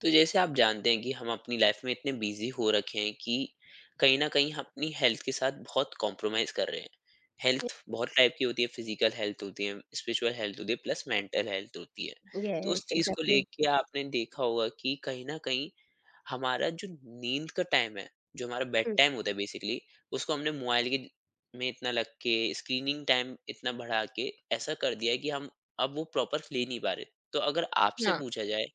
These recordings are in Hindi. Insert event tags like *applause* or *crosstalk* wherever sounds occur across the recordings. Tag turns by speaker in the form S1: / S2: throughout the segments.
S1: तो जैसे आप जानते हैं कि हम अपनी लाइफ में इतने बिजी हो रखे हैं कि कहीं ना कहीं हम अपनी हेल्थ के साथ बहुत कॉम्प्रोमाइज कर रहे हैं। हेल्थ बहुत टाइप की होती है, फिजिकल हेल्थ होती है, स्पिरिचुअल हेल्थ होती है, प्लस मेंटल हेल्थ होती है। तो उस
S2: यस,
S1: चीज को
S2: एग्ज़ैक्टली।
S1: लेके आपने देखा होगा कि कहीं ना कहीं हमारा जो नींद का टाइम है, जो हमारा बेड
S2: हुँ,
S1: टाइम होता है बेसिकली, उसको हमने मोबाइल के में इतना लग के, स्क्रीनिंग टाइम इतना बढ़ा के ऐसा कर दिया है कि हम अब वो प्रॉपर ले नहीं पा रहे। तो अगर आपसे
S2: हाँ,
S1: पूछा जाए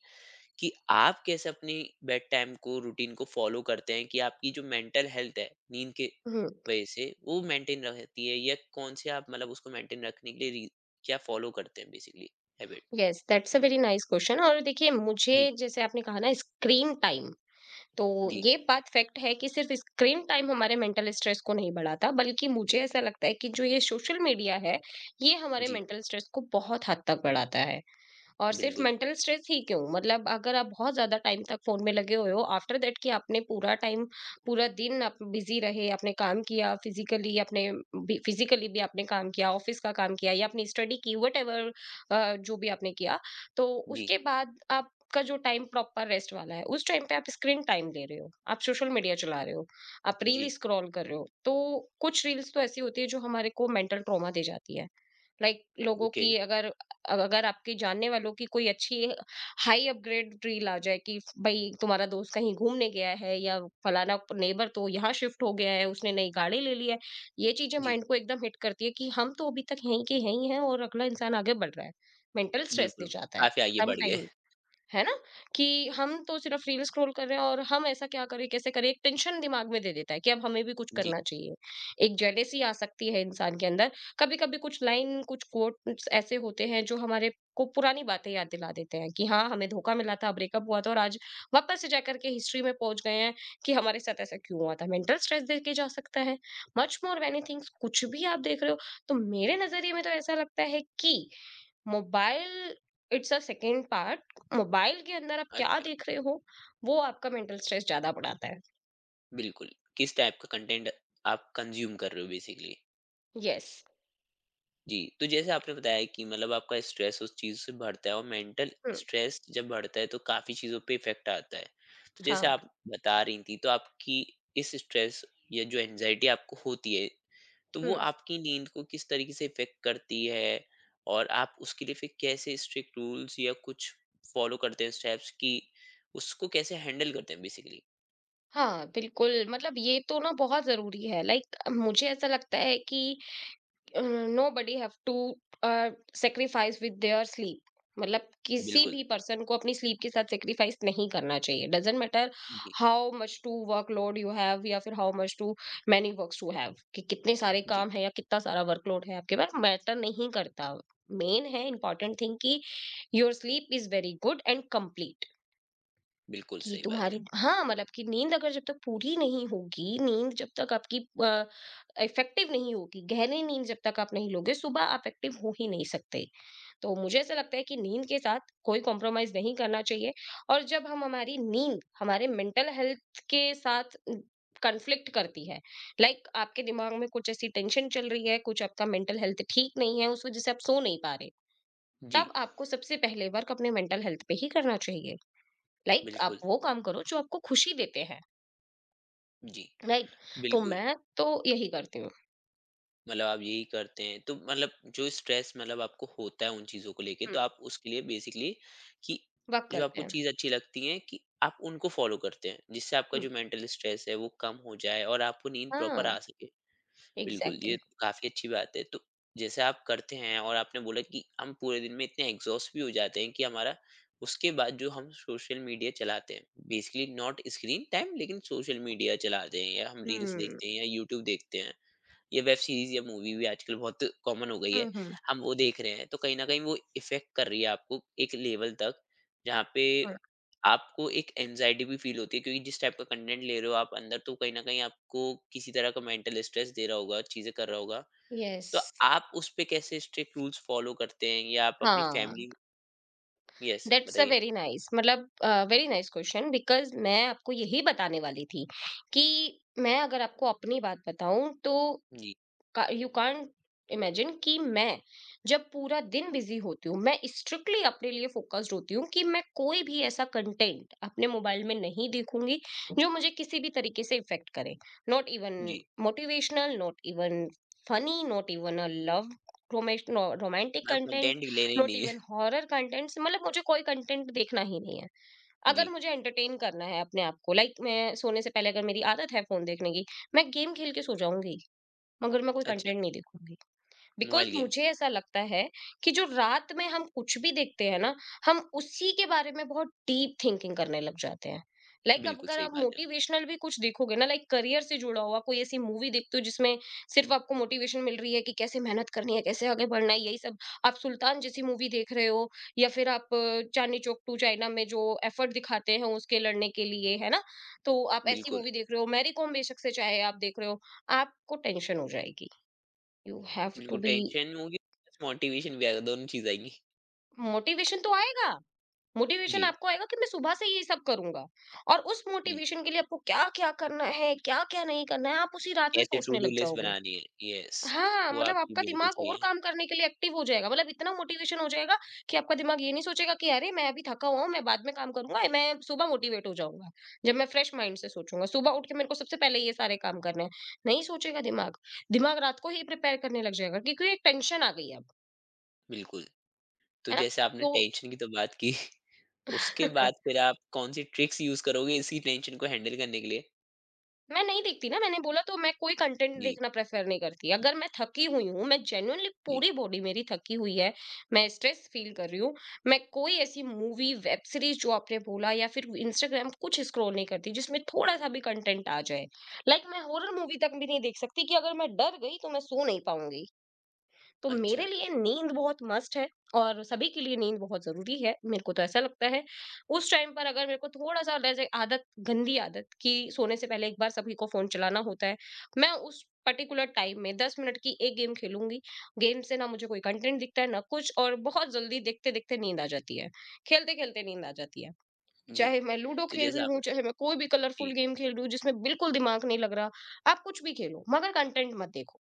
S1: कि आप कैसे अपनी बेड टाइम को, रूटीन को फॉलो करते हैं कि आपकी जो मेंटल हेल्थ है नींद के
S2: हुँ,
S1: वजह से वो मेंटेन रहती है, या कौन से आप मतलब उसको मेंटेन रखने के लिए क्या फॉलो करते हैं basically, habit.
S2: Yes, that's a very nice question. और देखिए, मुझे
S1: जी।
S2: जैसे आपने कहा ना, स्क्रीन टाइम, तो
S1: जी।
S2: ये बात फैक्ट है कि सिर्फ़ स्क्रीन टाइम हमारे मेंटल स्ट्रेस को नहीं बढ़ाता, बल्कि मुझे ऐसा लगता है कि जो ये सोशल मीडिया है, ये हमारे
S1: जी।
S2: मेंटल स्ट्रेस को बहुत हद तक बढ़ाता है। और सिर्फ
S1: बिल्कुल।
S2: मेंटल स्ट्रेस ही क्यों, मतलब अगर आप बहुत ज़्यादा टाइम तक फ़ोन में लगे हुए हो आफ्टर दैट, कि आपने पूरा टाइम, पूरा दिन आप बिजी रहे, आपने काम किया, फिजिकली आपने, फिजिकली भी आपने काम किया। ऑफिस का काम किया या अपनी स्टडी की, वटेवर जो भी आपने किया, तो
S1: जी।
S2: उसके बाद आपका जो टाइम प्रॉपर रेस्ट वाला है, उस टाइम पे आप स्क्रीन टाइम ले रहे हो, आप सोशल मीडिया चला रहे हो, आप
S1: जी।
S2: रील स्क्रॉल कर रहे हो, तो कुछ रील्स तो ऐसी होती है जो हमारे को मेंटल ट्रॉमा दे जाती है। लाइक, लोगों
S1: ओके।
S2: की अगर, अगर आपके जानने वालों की कोई अच्छी हाई अपग्रेड रील आ जाए कि भाई तुम्हारा दोस्त कहीं घूमने गया है, या फलाना नेबर तो यहाँ शिफ्ट हो गया है, उसने नई गाड़ी ले ली है, ये चीजें
S1: जी।
S2: माइंड को एकदम हिट करती है कि हम तो अभी तक यहीं के यहीं हैं और अगला इंसान आगे बढ़ रहा है। मेंटल स्ट्रेस दे
S1: बिल्कुल
S2: जाता है।
S1: काफी आगे बढ़ गए।
S2: सम, है ना? कि हम तो सिर्फ रील स्क्रॉल कर रहे हैं, और हम ऐसा क्या करें, कैसे करें? एक टेंशन दिमाग में दे देता है कि अब हमें भी कुछ
S1: जी।
S2: करना चाहिए। एक जेलेसी आ सकती है इंसान के अंदर। कभी-कभी कुछ लाइन, कुछ कोट्स ऐसे होते हैं जो हमारे को पुरानी बातें याद दिला देते हैं कि हाँ, हमें धोखा मिला था, ब्रेकअप हुआ था, और आज वापस से जाकर के हिस्ट्री में पहुँच गए हैं कि हमारे साथ ऐसा क्यों हुआ था। मेंटल स्ट्रेस देके जा सकता है। मच मोर मेनी थिंग्स, कुछ भी आप देख रहे हो, तो मेरे नज़रिए में तो ऐसा लगता है कि mobile, it's a second part, mobile के अंदर आप क्या
S1: अच्छा।
S2: देख रहे हो वो आपका मेंटल स्ट्रेस ज्यादा बढ़ाता है।
S1: बिल्कुल। किस टाइप का कंटेंट आप कंज्यूम कर रहे हो बेसिकली।
S2: यस।
S1: जी, तो जैसे आपने बताया कि मतलब आपका स्ट्रेस उस चीज से बढ़ता है, और मेंटल
S2: हम्म।
S1: स्ट्रेस जब बढ़ता है तो काफी चीजों पे इफेक्ट आता है। तो जैसे
S2: हाँ।
S1: आप बता रही थी, तो आपकी इस स्ट्रेस या जो एनजाइटी आपको होती है, तो वो
S2: हम्म।
S1: आपकी नींद को किस तरीके से इफेक्ट करती है, और आप उसके लिए फिर कैसे स्ट्रिक्ट रूल्स या कुछ फॉलो करते हैं, स्टेप्स कि उसको कैसे हैंडल करते हैं बेसिकली।
S2: हाँ, बिल्कुल। मतलब ये तो ना बहुत जरूरी है। लाइक, मुझे ऐसा लगता है कि uh, nobody have to sacrifice with their sleep, मतलब किसी
S1: बिल्कुल।
S2: भी पर्सन को अपनी स्लीप के साथ सेक्रीफाइस नहीं करना चाहिए। डजेंट मैटर
S1: जी।
S2: How much to workload you have, या फिर how much to many works you have, कि कितने सारे
S1: जी।
S2: काम है या कितना सारा वर्कलोड है आपके पास, मैटर नहीं करता। मेन है इंपॉर्टेंट थिंग कि your sleep is very good and complete,
S1: बिल्कुल
S2: कि
S1: सही बात है।
S2: तुम्हारी, हाँ, मतलब कि नींद अगर, जब तक पूरी नहीं होगी, नींद जब तक आपकी इफेक्टिव नहीं होगी, गहरी नींद जब तक आप नहीं लोगे, सुबह आप एक्टिव हो ही नहीं सकते। तो मुझे ऐसा लगता है कि नींद के साथ कोई कॉम्प्रोमाइज़ नहीं करना चाहिए। और जब हम, हमारी नींद हमारे मेंटल हेल्थ के साथ कॉन्फ्लिक्ट करती है, लाइक, आपके दिमाग में कुछ ऐसी टेंशन चल रही है, कुछ आपका मेंटल हेल्थ ठीक नहीं है, उस वजह से आप सो नहीं पा रहे,
S1: जी।
S2: तब आपको सबसे पहले वर्क अपने मेंटल हेल्थ पे ही करना चाहिए। लाइक, आप
S1: बिल्कुल।
S2: वो काम करो जो आपको खुशी देते हैं।
S1: जी।
S2: राइट। तो
S1: बिल्कुल,
S2: मैं तो यही करती हूँ।
S1: मतलब आप यही करते हैं तो मतलब जो स्ट्रेस मतलब आपको होता है उन चीज़ों को लेके,
S2: हुँ,
S1: तो आप उसके लिए बेसिकली कि
S2: वर्क
S1: जो
S2: करते
S1: आपको
S2: हैं।
S1: चीज़ अच्छी लगती है कि आप उनको फॉलो करते हैं जिससे आपका
S2: हुँ,
S1: जो मेंटल स्ट्रेस है वो कम हो जाए और आपको नींद प्रॉपर
S2: हाँ,
S1: आ सके। बिल्कुल,
S2: एग्जैक्टली।
S1: ये काफ़ी अच्छी बात है। तो जैसे आप करते हैं, और आपने बोला कि हम पूरे दिन में इतने एग्जॉस्ट भी हो जाते हैं कि हमारा उसके बाद जो हम सोशल मीडिया चलाते हैं, बेसिकली नॉट स्क्रीन टाइम लेकिन सोशल मीडिया चलाते हैं या हम रील्स
S2: हम्म।
S1: देखते हैं या यूट्यूब देखते हैं, ये वेब सीरीज़ या मूवी भी आजकल बहुत कॉमन हो गई है।
S2: हम्म। हम्म।
S1: हम वो देख रहे हैं, तो कहीं न कहीं वो इफ़ेक्ट कर रही है आपको एक लेवल तक, जहाँ पे आपको एक एंग्ज़ायटी भी फ़ील होती है, क्योंकि जिस टाइप का कंटेंट ले रहे हो आप अंदर, तो कहीं न कहीं आपको किसी तरह का मेंटल स्ट्रेस दे रहा होगा, चीज़ें कर रहा होगा।
S2: यस।
S1: तो आप उस पे कैसे स्ट्रिक्ट रूल्स फ़ॉलो करते हैं, या आप अपनी
S2: हाँ,
S1: फैमिली, यस,
S2: दैट्स अ
S1: बताइए?
S2: वेरी नाइस, मतलब वेरी नाइस क्वेश्चन, बिकॉज मैं आपको यही बताने वाली थी कि, मैं अगर आपको अपनी बात बताऊं तो,
S1: जी।
S2: यू कांट इमेजिन कि मैं जब पूरा दिन बिजी होती हूँ, मैं स्ट्रिक्टली अपने लिए फोकस्ड होती हूँ कि मैं कोई भी ऐसा कंटेंट अपने मोबाइल में नहीं देखूंगी जो मुझे किसी भी तरीके से इफेक्ट करे। नॉट
S1: जी।
S2: Even motivational, not even funny, not even a love romantic
S1: मतलब
S2: कंटेंट,
S1: कंटेंट लेना ही
S2: नॉट
S1: नहीं है।
S2: इवन
S1: *laughs*
S2: हॉरर कंटेंट्स, मतलब मुझे कोई कंटेंट देखना ही नहीं है। अगर
S1: जी।
S2: मुझे एंटरटेन करना है अपने आप को, लाइक मैं सोने से पहले, अगर मेरी आदत है फोन देखने की, मैं गेम खेल के सो जाऊंगी, मगर मैं कोई
S1: अच्छा,
S2: कंटेंट नहीं देखूँगी। Because
S1: mobile game.
S2: मुझे ऐसा लगता है कि जो रात में हम कुछ भी देखते हैं ना, हम उसी के बारे में बहुत डीप थिंकिंग करने लग जाते हैं। लाइक, अब
S1: बिल्कुल
S2: अगर
S1: सही
S2: आप
S1: बात है।
S2: मोटिवेशनल भी कुछ देखोगे ना, लाइक करियर से जुड़ा हुआ कोई ऐसी मूवी देखते हो जिसमें सिर्फ़ आपको मोटिवेशन मिल रही है कि कैसे मेहनत करनी है, कैसे आगे बढ़ना है, यही सब। आप सुल्तान जैसी मूवी देख रहे हो, या फिर आप चांदनी चौक टू चाइना में जो एफर्ट दिखाते हैं उसके लड़ने के लिए, है ना? तो आप ऐसी
S1: बिल्कुल।
S2: मूवी देख रहे हो, मैरी कॉम बेशक से चाहे आप देख रहे हो, आपको टेंशन हो जाएगी। यू हैव टू
S1: बिल्कुल,
S2: बी।
S1: टेंशन होगी प्लस मोटिवेशन भी आएगा, दोनों चीज़ आएँगी।
S2: मोटिवेशन तो आएगा,
S1: जी।
S2: मोटिवेशन आपको आएगा कि मैं सुबह से ये सब करूंगा, और उस
S1: जी,
S2: मोटिवेशन के लिए आपको क्या क्या करना है, क्या क्या नहीं करना है, आप उसी रात में
S1: कैसे टू
S2: सोचने
S1: डू
S2: लग
S1: लिस्ट
S2: जाओगे।
S1: बनानी है। यस।
S2: हाँ,
S1: वो
S2: मतलब
S1: आपकी
S2: आपका
S1: बिल्कुल
S2: दिमाग
S1: सही
S2: और
S1: है।
S2: काम करने के लिए एक्टिव हो जाएगा, मतलब इतना मोटिवेशन हो जाएगा कि आपका दिमाग ये नहीं सोचेगा कि अरे मैं अभी थका हुआ हूँ, मैं बाद में काम करूंगा, मैं सुबह मोटिवेट हो जाऊंगा, जब मैं फ्रेश माइंड से सोचूंगा सुबह उठ के, मेरे को सबसे पहले ये सारे काम करने हैं। नहीं सोचेगा दिमाग। दिमाग रात को ही प्रिपेयर करने लग जाएगा, क्योंकि एक टेंशन आ गई है अब।
S1: बिल्कुल। तो
S2: है ना?
S1: जैसे आपने
S2: तो
S1: टेंशन की तो बात की, *laughs* उसके बाद
S2: *laughs*
S1: फिर आप कौन सी ट्रिक्स यूज़ करोगे इसी टेंशन को हैंडल करने के लिए?
S2: मैं नहीं देखती ना, मैंने बोला तो, मैं कोई कंटेंट
S1: जी।
S2: देखना प्रेफर नहीं करती। अगर मैं थकी हुई हूँ, मैं जेन्युइनली
S1: जी।
S2: पूरी बॉडी मेरी थकी हुई है, मैं स्ट्रेस फील कर रही हूँ, मैं कोई ऐसी मूवी वेब सीरीज जो आपने बोला, या फिर इंस्टाग्राम कुछ स्क्रॉल नहीं करती जिसमें थोड़ा सा भी कंटेंट आ जाए। लाइक मैं हॉरर मूवी तक भी नहीं देख सकती, कि अगर मैं डर गई तो मैं सो नहीं पाऊंगी। तो
S1: अच्छा।
S2: मेरे लिए नींद बहुत मस्ट है, और सभी के लिए नींद बहुत ज़रूरी है, मेरे को तो ऐसा लगता है। उस टाइम पर अगर मेरे को थोड़ा-सा, जैसे आदत, गंदी आदत कि सोने से पहले एक बार सभी को फ़ोन चलाना होता है, मैं उस पर्टिकुलर टाइम में 10 मिनट की एक गेम खेलूँगी। गेम से ना मुझे कोई कंटेंट दिखता है, ना कुछ और, बहुत जल्दी देखते-देखते नींद आ जाती है। खेलते-खेलते नींद आ जाती है।
S1: जी।
S2: चाहे मैं लूडो
S1: तो
S2: खेल
S1: जैसे
S2: रही हूँ,
S1: आपने,
S2: चाहे मैं कोई भी
S1: जी।
S2: कलरफुल गेम खेल रही हूँ जिसमें बिल्कुल दिमाग नहीं लग रहा, आप कुछ भी खेलो मगर कंटेंट मत देखो।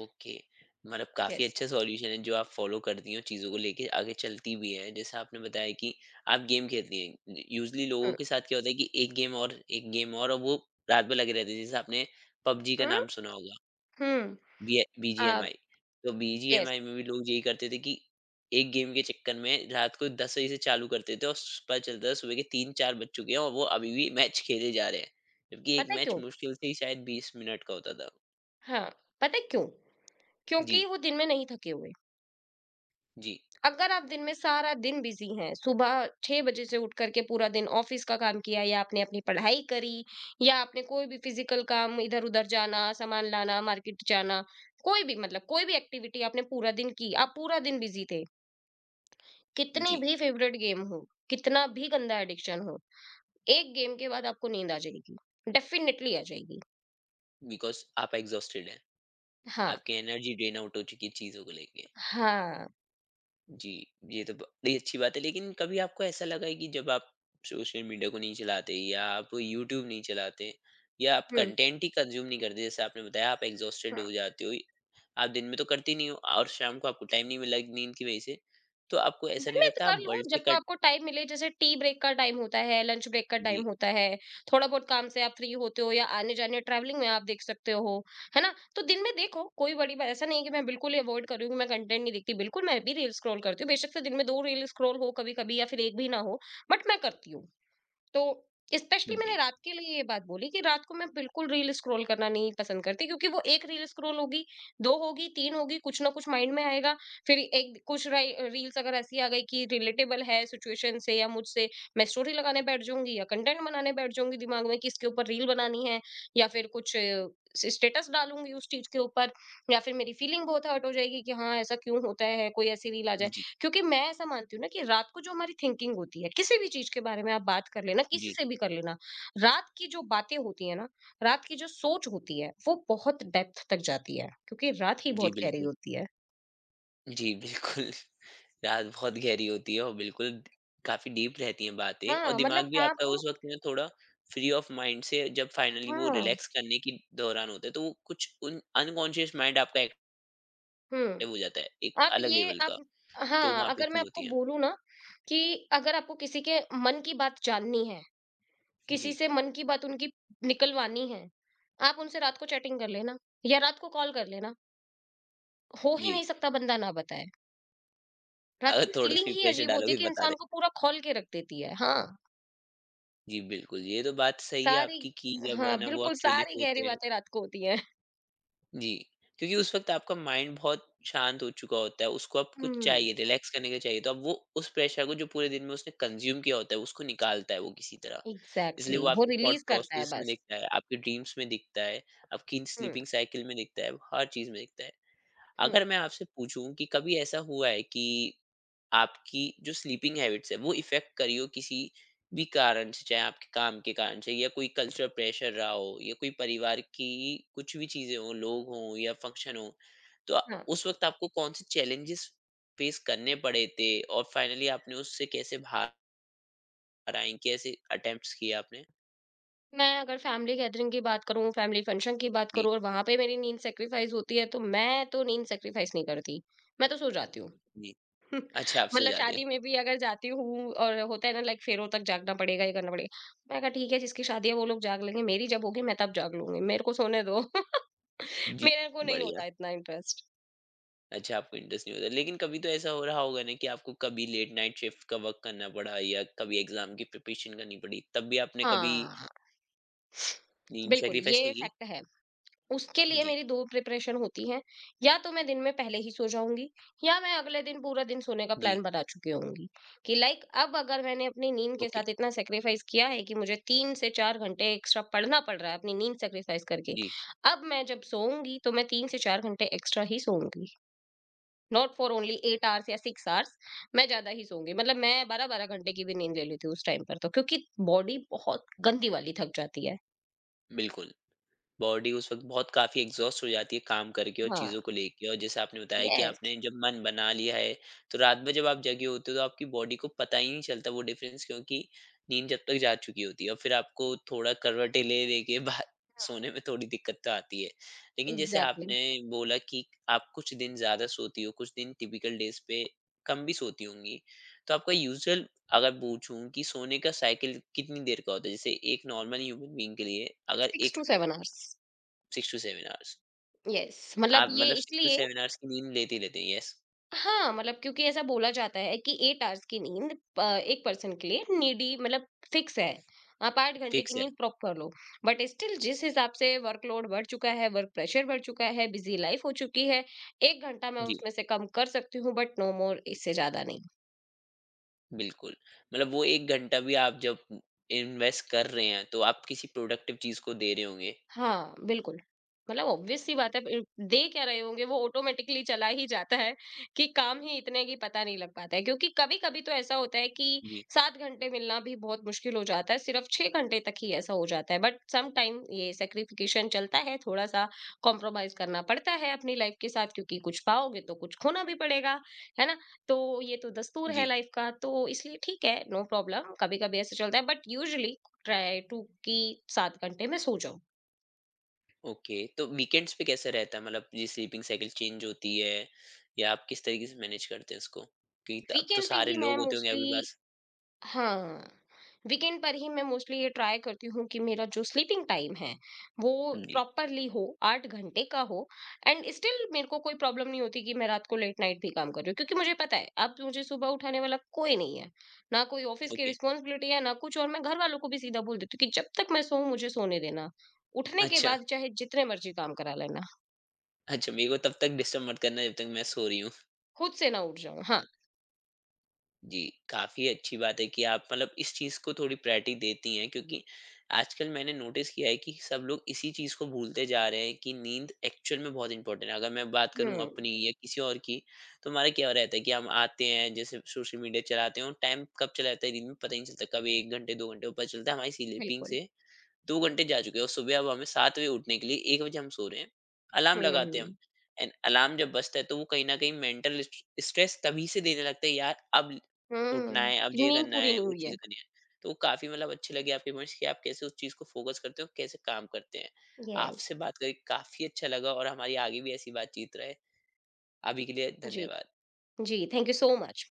S1: ओके, मतलब काफी
S2: यस।
S1: अच्छा सॉल्यूशन है जो आप फॉलो करती हो चीजों को लेके, आगे चलती भी है। जैसे आपने बताया कि आप गेम खेलती हैं, यूजली लोगों
S2: हुँ,
S1: के साथ क्या होता है कि एक गेम और, एक गेम और वो रात भर लगे रहते हैं। जैसे आपने पबजी का
S2: हुँ,
S1: नाम सुना होगा,
S2: हुँ। अ,
S1: बीजीएमआई। तो
S2: यस।
S1: बीजीएमआई में भी लोग यही करते थे कि एक गेम के चक्कर में रात को 10 बजे से चालू करते थे और पता चलता था सुबह के तीन चार बज चुके हैं और वो अभी भी मैच खेले जा रहे हैं, जबकि एक
S2: पता है
S1: मैच
S2: क्यों?
S1: मुश्किल से ही शायद 20 मिनट का होता था।
S2: हाँ, पता है क्यों?
S1: जी।
S2: क्योंकि वो दिन में नहीं थके हुए।
S1: जी।
S2: अगर आप दिन में सारा दिन बिज़ी हैं, सुबह 6 बजे से उठ कर के पूरा दिन ऑफ़िस का काम किया, या आपने अपनी पढ़ाई करी, या आपने कोई भी फ़िज़िकल काम, इधर-उधर जाना, सामान लाना, मार्केट जाना, कोई भी, मतलब कोई भी एक्टिविटी आपने पूरा दिन की, आप पूरा दिन बिज़ी थे, कितनी
S1: जी।
S2: भी फ़ेवरेट गेम हो, कितना भी गंदा एडिक्शन हो, एक गेम के बाद आपको नींद आ जाएगी, डेफ़िनेटली आ जाएगी।
S1: बिकॉज़ आप एग्ज़ॉस्टेड हैं,
S2: हाँ,
S1: आपकी एनर्जी ड्रेन आउट हो चुकी है चीज़ों को लेके।
S2: हाँ।
S1: जी, ये तो बड़ी अच्छी बात है, लेकिन कभी आपको ऐसा लगा है कि जब आप सोशल मीडिया को नहीं चलाते या आप यूट्यूब नहीं चलाते, या आप
S2: हुँ।
S1: कंटेंट ही कंज़्यूम नहीं करते, जैसे आपने बताया आप एग्ज़ॉस्टेड हो जाते हो, आप दिन में तो करते नहीं हो और शाम को आपको टाइम नहीं मिला नींद की वजह से, तो आपको ऐसा नहीं
S2: मित
S1: लगता
S2: कर
S1: आप
S2: लो
S1: वर्ल्ड से
S2: जब को
S1: कट,
S2: आपको टाइम मिले, जैसे टी ब्रेक का टाइम होता है, लंच ब्रेक का टाइम
S1: जी।
S2: होता है, थोड़ा बहुत काम से आप फ्री होते हो, या आने जाने ट्रैवलिंग में आप देख सकते हो, है ना? तो दिन में देखो कोई बड़ी बात ऐसा नहीं है कि मैं बिल्कुल ही अवॉइड कर रही हूँ कि मैं कंटेंट नहीं देखती, बिल्कुल मैं भी रील स्क्रॉल करती हूँ, बेशक से दिन में दो रील स्क्रॉल हो कभी कभी, या फिर एक भी ना हो, बट मैं करती हूँ। तो स्पेशली मैंने
S1: जी।
S2: रात के लिए ये बात बोली कि रात को मैं बिल्कुल रील स्क्रॉल करना नहीं पसंद करती, क्योंकि वो एक रील स्क्रॉल होगी, 2 होगी, 3 होगी, कुछ ना कुछ माइंड में आएगा। फिर एक कुछ राइ रील्स अगर ऐसी आ गई कि रिलेटेबल है सिचुएशन से या मुझसे, मैं स्टोरी लगाने बैठ जाऊँगी या कंटेंट बनाने बैठ जाऊँगी दिमाग में कि इसके ऊपर रील बनानी है, या फिर कुछ स स्टेटस डालूँगी उस चीज़ के ऊपर, या फिर मेरी फीलिंग बहुत हर्ट हो जाएगी कि हाँ, ऐसा क्यों होता है? कोई ऐसी रील आ जाए।
S1: जी।
S2: क्योंकि मैं ऐसा मानती हूँ ना कि रात को जो हमारी थिंकिंग होती है किसी भी चीज के बारे में, आप बात कर लेना किसी
S1: जी।
S2: से भी कर लेना। रात की जो बातें होती है ना रात की जो सोच होती है वो बहुत डेप्थ तक जाती है क्योंकि रात ही
S1: जी,
S2: बहुत गहरी
S1: बिल्कुल।
S2: होती है।
S1: जी, बिल्कुल। *laughs* रात बहुत गहरी होती है, और बिल्कुल काफ़ी डीप रहती हैं बातें, और
S2: हाँ।
S1: दिमाग
S2: मतलब
S1: भी
S2: आप
S1: आपका उस वक़्त में थोड़ा फ्री ऑफ माइंड से जब फाइनली वो
S2: हाँ
S1: रिलैक्स करने के दौरान होता है, तो वो कुछ उन अनकॉन्शियस माइंड आपका एक्टिव हो
S2: हम्म
S1: जाता है, एक
S2: आप
S1: अलग
S2: ये
S1: लेवल
S2: आप
S1: का। तो
S2: हाँ
S1: वहाँ पे
S2: अगर मैं
S1: चीज़
S2: आपको
S1: होती है।
S2: बोलूँ ना कि अगर आपको किसी के मन की बात जाननी है किसी
S1: जी।
S2: से मन की बात उनकी निकलवानी है, आप उनसे रात को चैटिंग कर लेना या रात को कॉल कर लेना, हो ही
S1: जी।
S2: नहीं सकता बंदा ना बताए। रात
S1: अगर
S2: की
S1: थोड़ा-सा
S2: फीलिंग
S1: भी
S2: ही
S1: प्रेशर
S2: अजीब होती है
S1: डालोगे
S2: कि
S1: बता दें।
S2: इंसान को पूरा खौल के रख देती है। हाँ,
S1: जी, बिल्कुल। ये तो बात सही है
S2: सारी
S1: आपकी कि जब है
S2: हाँ,
S1: ना वो
S2: बिल्कुल
S1: अकेले
S2: सारी गहरी
S1: होते हैं।
S2: बातें रात को होती हैं।
S1: जी, क्योंकि उस वक़्त आपका माइंड बहुत शांत हो चुका होता है, उसको अब कुछ
S2: हुँ,
S1: चाहिए, रिलैक्स करने के लिए चाहिए, तो अब वो उस प्रेशर को जो पूरे दिन में उसने कंज़्यूम किया होता है, उसको निकालता है वो किसी तरह। इसलिए
S2: एग्ज़ैक्टली,
S1: वो
S2: *laughs* वो
S1: आपके थॉट
S2: रिलीज़ करता है
S1: प्रोसेस में
S2: बस।
S1: दिखता है, आपके ड्रीम्स में दिखता है, आपकी
S2: हुँ,
S1: स्लीपिंग साइकिल में दिखता है, हर चीज़ में दिखता है।
S2: हुँ,
S1: अगर मैं आपसे पूछूँ कि कभी ऐसा हुआ है कि आपकी जो स्लीपिंग हैबिट्स है वो इफेक्ट करी हो किसी भी कारण से, चाहे आपके काम के कारण से, या कोई कल्चरल प्रेशर रहा हो, या कोई परिवार की कुछ भी चीजें हो, लोग हों या फंक्शन हो, तो
S2: हाँ।
S1: उस वक्त आपको कौन से चैलेंजेस फेस करने पड़े थे, और फाइनली आपने उससे कैसे बाहर आई, कैसे अटेम्प्ट्स किए आपने?
S2: मैं अगर फैमिली गैदरिंग की बात करूँ, फैमिली फंक्शन की बात
S1: जी।
S2: करूँ और वहाँ पे मेरी नींद सैक्रिफाइस होती है, तो मैं तो नींद सैक्रिफाइस नहीं करती। मैं तो सो जाती हूँ।
S1: जी।
S2: *laughs*
S1: अच्छा, आप सो
S2: मतलब
S1: जाते हैं।
S2: शादी में भी अगर जाती हूँ और होता है ना, लाइक फेरों तक जागना पड़ेगा, ये करना पड़ेगा। मैंने कहा ठीक है, जिसकी शादी है वो लोग जाग लेंगे, मेरी जब होगी मैं तब जाग लूँगी, मेरे को सोने दो। *laughs*
S1: जी।
S2: मेरे को नहीं
S1: बढ़िया।
S2: होता इतना इंटरेस्ट।
S1: अच्छा, आपको इंटरेस्ट नहीं होता, लेकिन कभी तो ऐसा हो रहा होगा ना कि आपको कभी लेट नाइट शिफ्ट का वर्क करना पड़ा, या कभी एग्जाम की प्रिपरेशन करनी पड़ी, तब भी आपने कभी
S2: हाँ,
S1: नींद
S2: बिल्कुल,
S1: सेक्रीफाइस
S2: ये
S1: नहीं की?
S2: फैक्ट है। उसके लिए
S1: जी।
S2: मेरी 2 प्रिपरेशन होती हैं, या तो मैं दिन में पहले ही सो जाऊँगी या मैं अगले दिन पूरा दिन सोने का
S1: जी।
S2: प्लान बना चुकी होऊँगी कि लाइक, अब अगर मैंने अपनी नींद के
S1: ओके।
S2: साथ इतना सैक्रिफाइस किया है कि मुझे 3 से 4 घंटे एक्स्ट्रा पढ़ना पड़ रहा है अपनी नींद सैक्रिफाइस करके,
S1: जी।
S2: अब मैं जब सोऊँगी तो मैं 3 से 4 घंटे एक्स्ट्रा ही सोऊँगी। नॉट फॉर ओनली 8 आवर्स या 6 आवर्स, मैं ज़्यादा ही सोऊँगी। मतलब मैं 12-12 घंटे की भी नींद ले लेती हूँ उस टाइम पर, तो क्योंकि बॉडी बहुत गंदी वाली थक जाती है।
S1: बिल्कुल, बॉडी उस वक़्त बहुत काफ़ी एग्ज़ॉस्ट हो जाती है काम करके और
S2: हाँ,
S1: चीज़ों को लेके, और जैसे आपने बताया कि
S2: येस,
S1: आपने जब मन बना लिया है, तो रात में जब आप जगे होते हो तो आपकी बॉडी को पता ही नहीं चलता वो डिफ़रेंस, क्योंकि नींद जब तक जा चुकी होती है और फिर आपको थोड़ा करवटें ले-ले के *laughs* बा सोने में थोड़ी दिक्कत तो आती है। लेकिन जैसे
S2: एग्ज़ैक्टली,
S1: आपने बोला कि आप कुछ दिन ज़्यादा सोती हो, कुछ दिन टिपिकल डेज़ पे कम भी सोती होंगी। तो आपका यूजुअल अगर पूछूँ कि सोने का साइकिल कितनी देर का होता है? जैसे एक नॉर्मल ह्यूमन बीइंग के लिए, अगर
S2: 6
S1: एक
S2: to 7 hours.
S1: 6 to 7 hours.
S2: Yes.
S1: आप मतलब 6 टू 7 आवर्स की नींद लेते ही लेते हैं, यस,
S2: मतलब क्योंकि ऐसा बोला जाता है कि 8 आवर्स की नींद, एक पर्सन के लिए नीडी मतलब फिक्स है। आप 8 घंटे की
S1: फिक्स है।
S2: नींद प्रॉपर लो। बट स्टिल जिस हिसाब से वर्कलोड बढ़ चुका है, वर्क प्रेशर बढ़ चुका है, बिज़ी लाइफ हो चुकी है, 1 घंटा मैं
S1: जी,
S2: उसमें से कम कर सकती हूँ, बट नो मोर, इससे ज़्यादा नहीं।
S1: बिल्कुल। मतलब वो 1 घंटा भी आप जब इन्वेस्ट कर रहे हैं, तो आप किसी प्रोडक्टिव चीज़ को दे रहे होंगे।
S2: हाँ, बिल्कुल। मतलब ऑब्वियस सी बात है, ब दे क्या रहे होंगे वो ऑटोमेटिकली चला ही जाता है, कि काम ही इतने कि पता नहीं लग पाता है। क्योंकि कभी-कभी तो ऐसा होता है कि
S1: जी।
S2: 7 घंटे मिलना भी बहुत मुश्किल हो जाता है, सिर्फ़ 6 घंटे तक ही ऐसा हो जाता है। बट सम टाइम ये सैक्रिफिकेशन चलता है, थोड़ा-सा कॉम्प्रोमाइज़ करना पड़ता है अपनी लाइफ़ के साथ, क्योंकि कुछ पाओगे तो कुछ खोना भी पड़ेगा, है ना? तो ये तो दस्तूर है
S1: जी।
S2: लाइफ़ का, तो इसलिए ठीक है, नो प्रॉब्लम, कभी-कभी ऐसा चलता है, बट यूजुअली ट्राई टू कि 7 घंटे में सो जाओ।
S1: ओके। तो वीकेंड्स पे कैसा रहता है? मतलब ये स्लीपिंग साइकिल चेंज होती है, या आप किस तरीके से मैनेज करते हैं इसको? क्योंकि त अब तो
S2: वीकेंड पे
S1: सारे
S2: ही
S1: लोग
S2: मैं
S1: होते होंगे आपके
S2: मोस्टली
S1: पास।
S2: हाँ, वीकेंड पर ही मैं मोस्टली ये ट्राई करती हूँ कि मेरा जो स्लीपिंग टाइम है, वो
S1: जी।
S2: प्रॉपरली हो, 8 घंटे का हो, एंड स्टिल मेरे को कोई प्रॉब्लम नहीं होती कि मैं रात को लेट नाइट भी काम कर रही हूँ, क्योंकि मुझे पता है, अब मुझे सुबह उठाने वाला कोई नहीं है। ना कोई ऑफिस की
S1: ओके।
S2: रिस्पॉन्सिबिलिटी है, ना कुछ और। मैं घरवालों को भी सीधा बोल देती हूँ कि जब तक मैं सोऊँ मुझे सोने देना। उठने के
S1: अच्छा।
S2: बाद चाहे जितने मर्ज़ी काम करा लेना,
S1: अच्छा, मेरे को तब तक डिस्टर्ब मत करना जब तक मैं सो रही हूँ।
S2: खुद से ना उठ जाऊँ। हाँ,
S1: जी, काफ़ी अच्छी बात है कि आप मतलब इस चीज़ को थोड़ी प्रायोरिटी देती हैं, क्योंकि आजकल मैंने नोटिस किया है कि सब लोग इसी चीज़ को भूलते जा रहे हैं कि नींद एक्चुअल में बहुत इंपॉर्टेंट है। अगर मैं बात करूँ
S2: हुँ,
S1: अपनी या किसी और की, तो हमारा क्या रहता है कि हम आते हैं, जैसे सोशल मीडिया चलाते हैं, और टाइम कब चला जाता है दिन में पता ही नहीं चलता। कभी 1 घंटे, 2 घंटे, और पता चलता है हमारी स्लीपिंग
S2: बिल्कुल।
S1: से 2 घंटे जा चुके हैं, और सुबह अब हमें 7 बजे उठने के लिए 1 बजे हम सो रहे हैं। अलार्म
S2: हुँ,
S1: लगाते हैं हम,
S2: हुँ,
S1: एंड अलार्म जब बजता है तो वो कहीं न कहीं मेंटल स्ट्रेस तभी से देने लगता है, यार अब उठना
S2: हुँ।
S1: है, अब ये
S2: नींद
S1: करना
S2: पूरी
S1: है,
S2: नहीं
S1: वो
S2: हुई है।
S1: चीज़ें करनी है। तो वो काफ़ी मतलब अच्छे लगे आपके पॉइंट्स कि आप कैसे उस चीज़ को फोकस करते हो, कैसे काम करते हैं।
S2: Yes,
S1: आपसे बात करके काफ़ी अच्छा लगा, और हमारी आगे भी ऐसी बातचीत रहे। अभी के लिए
S2: Ji
S1: धन्यवाद।
S2: Ji. Thank you so much.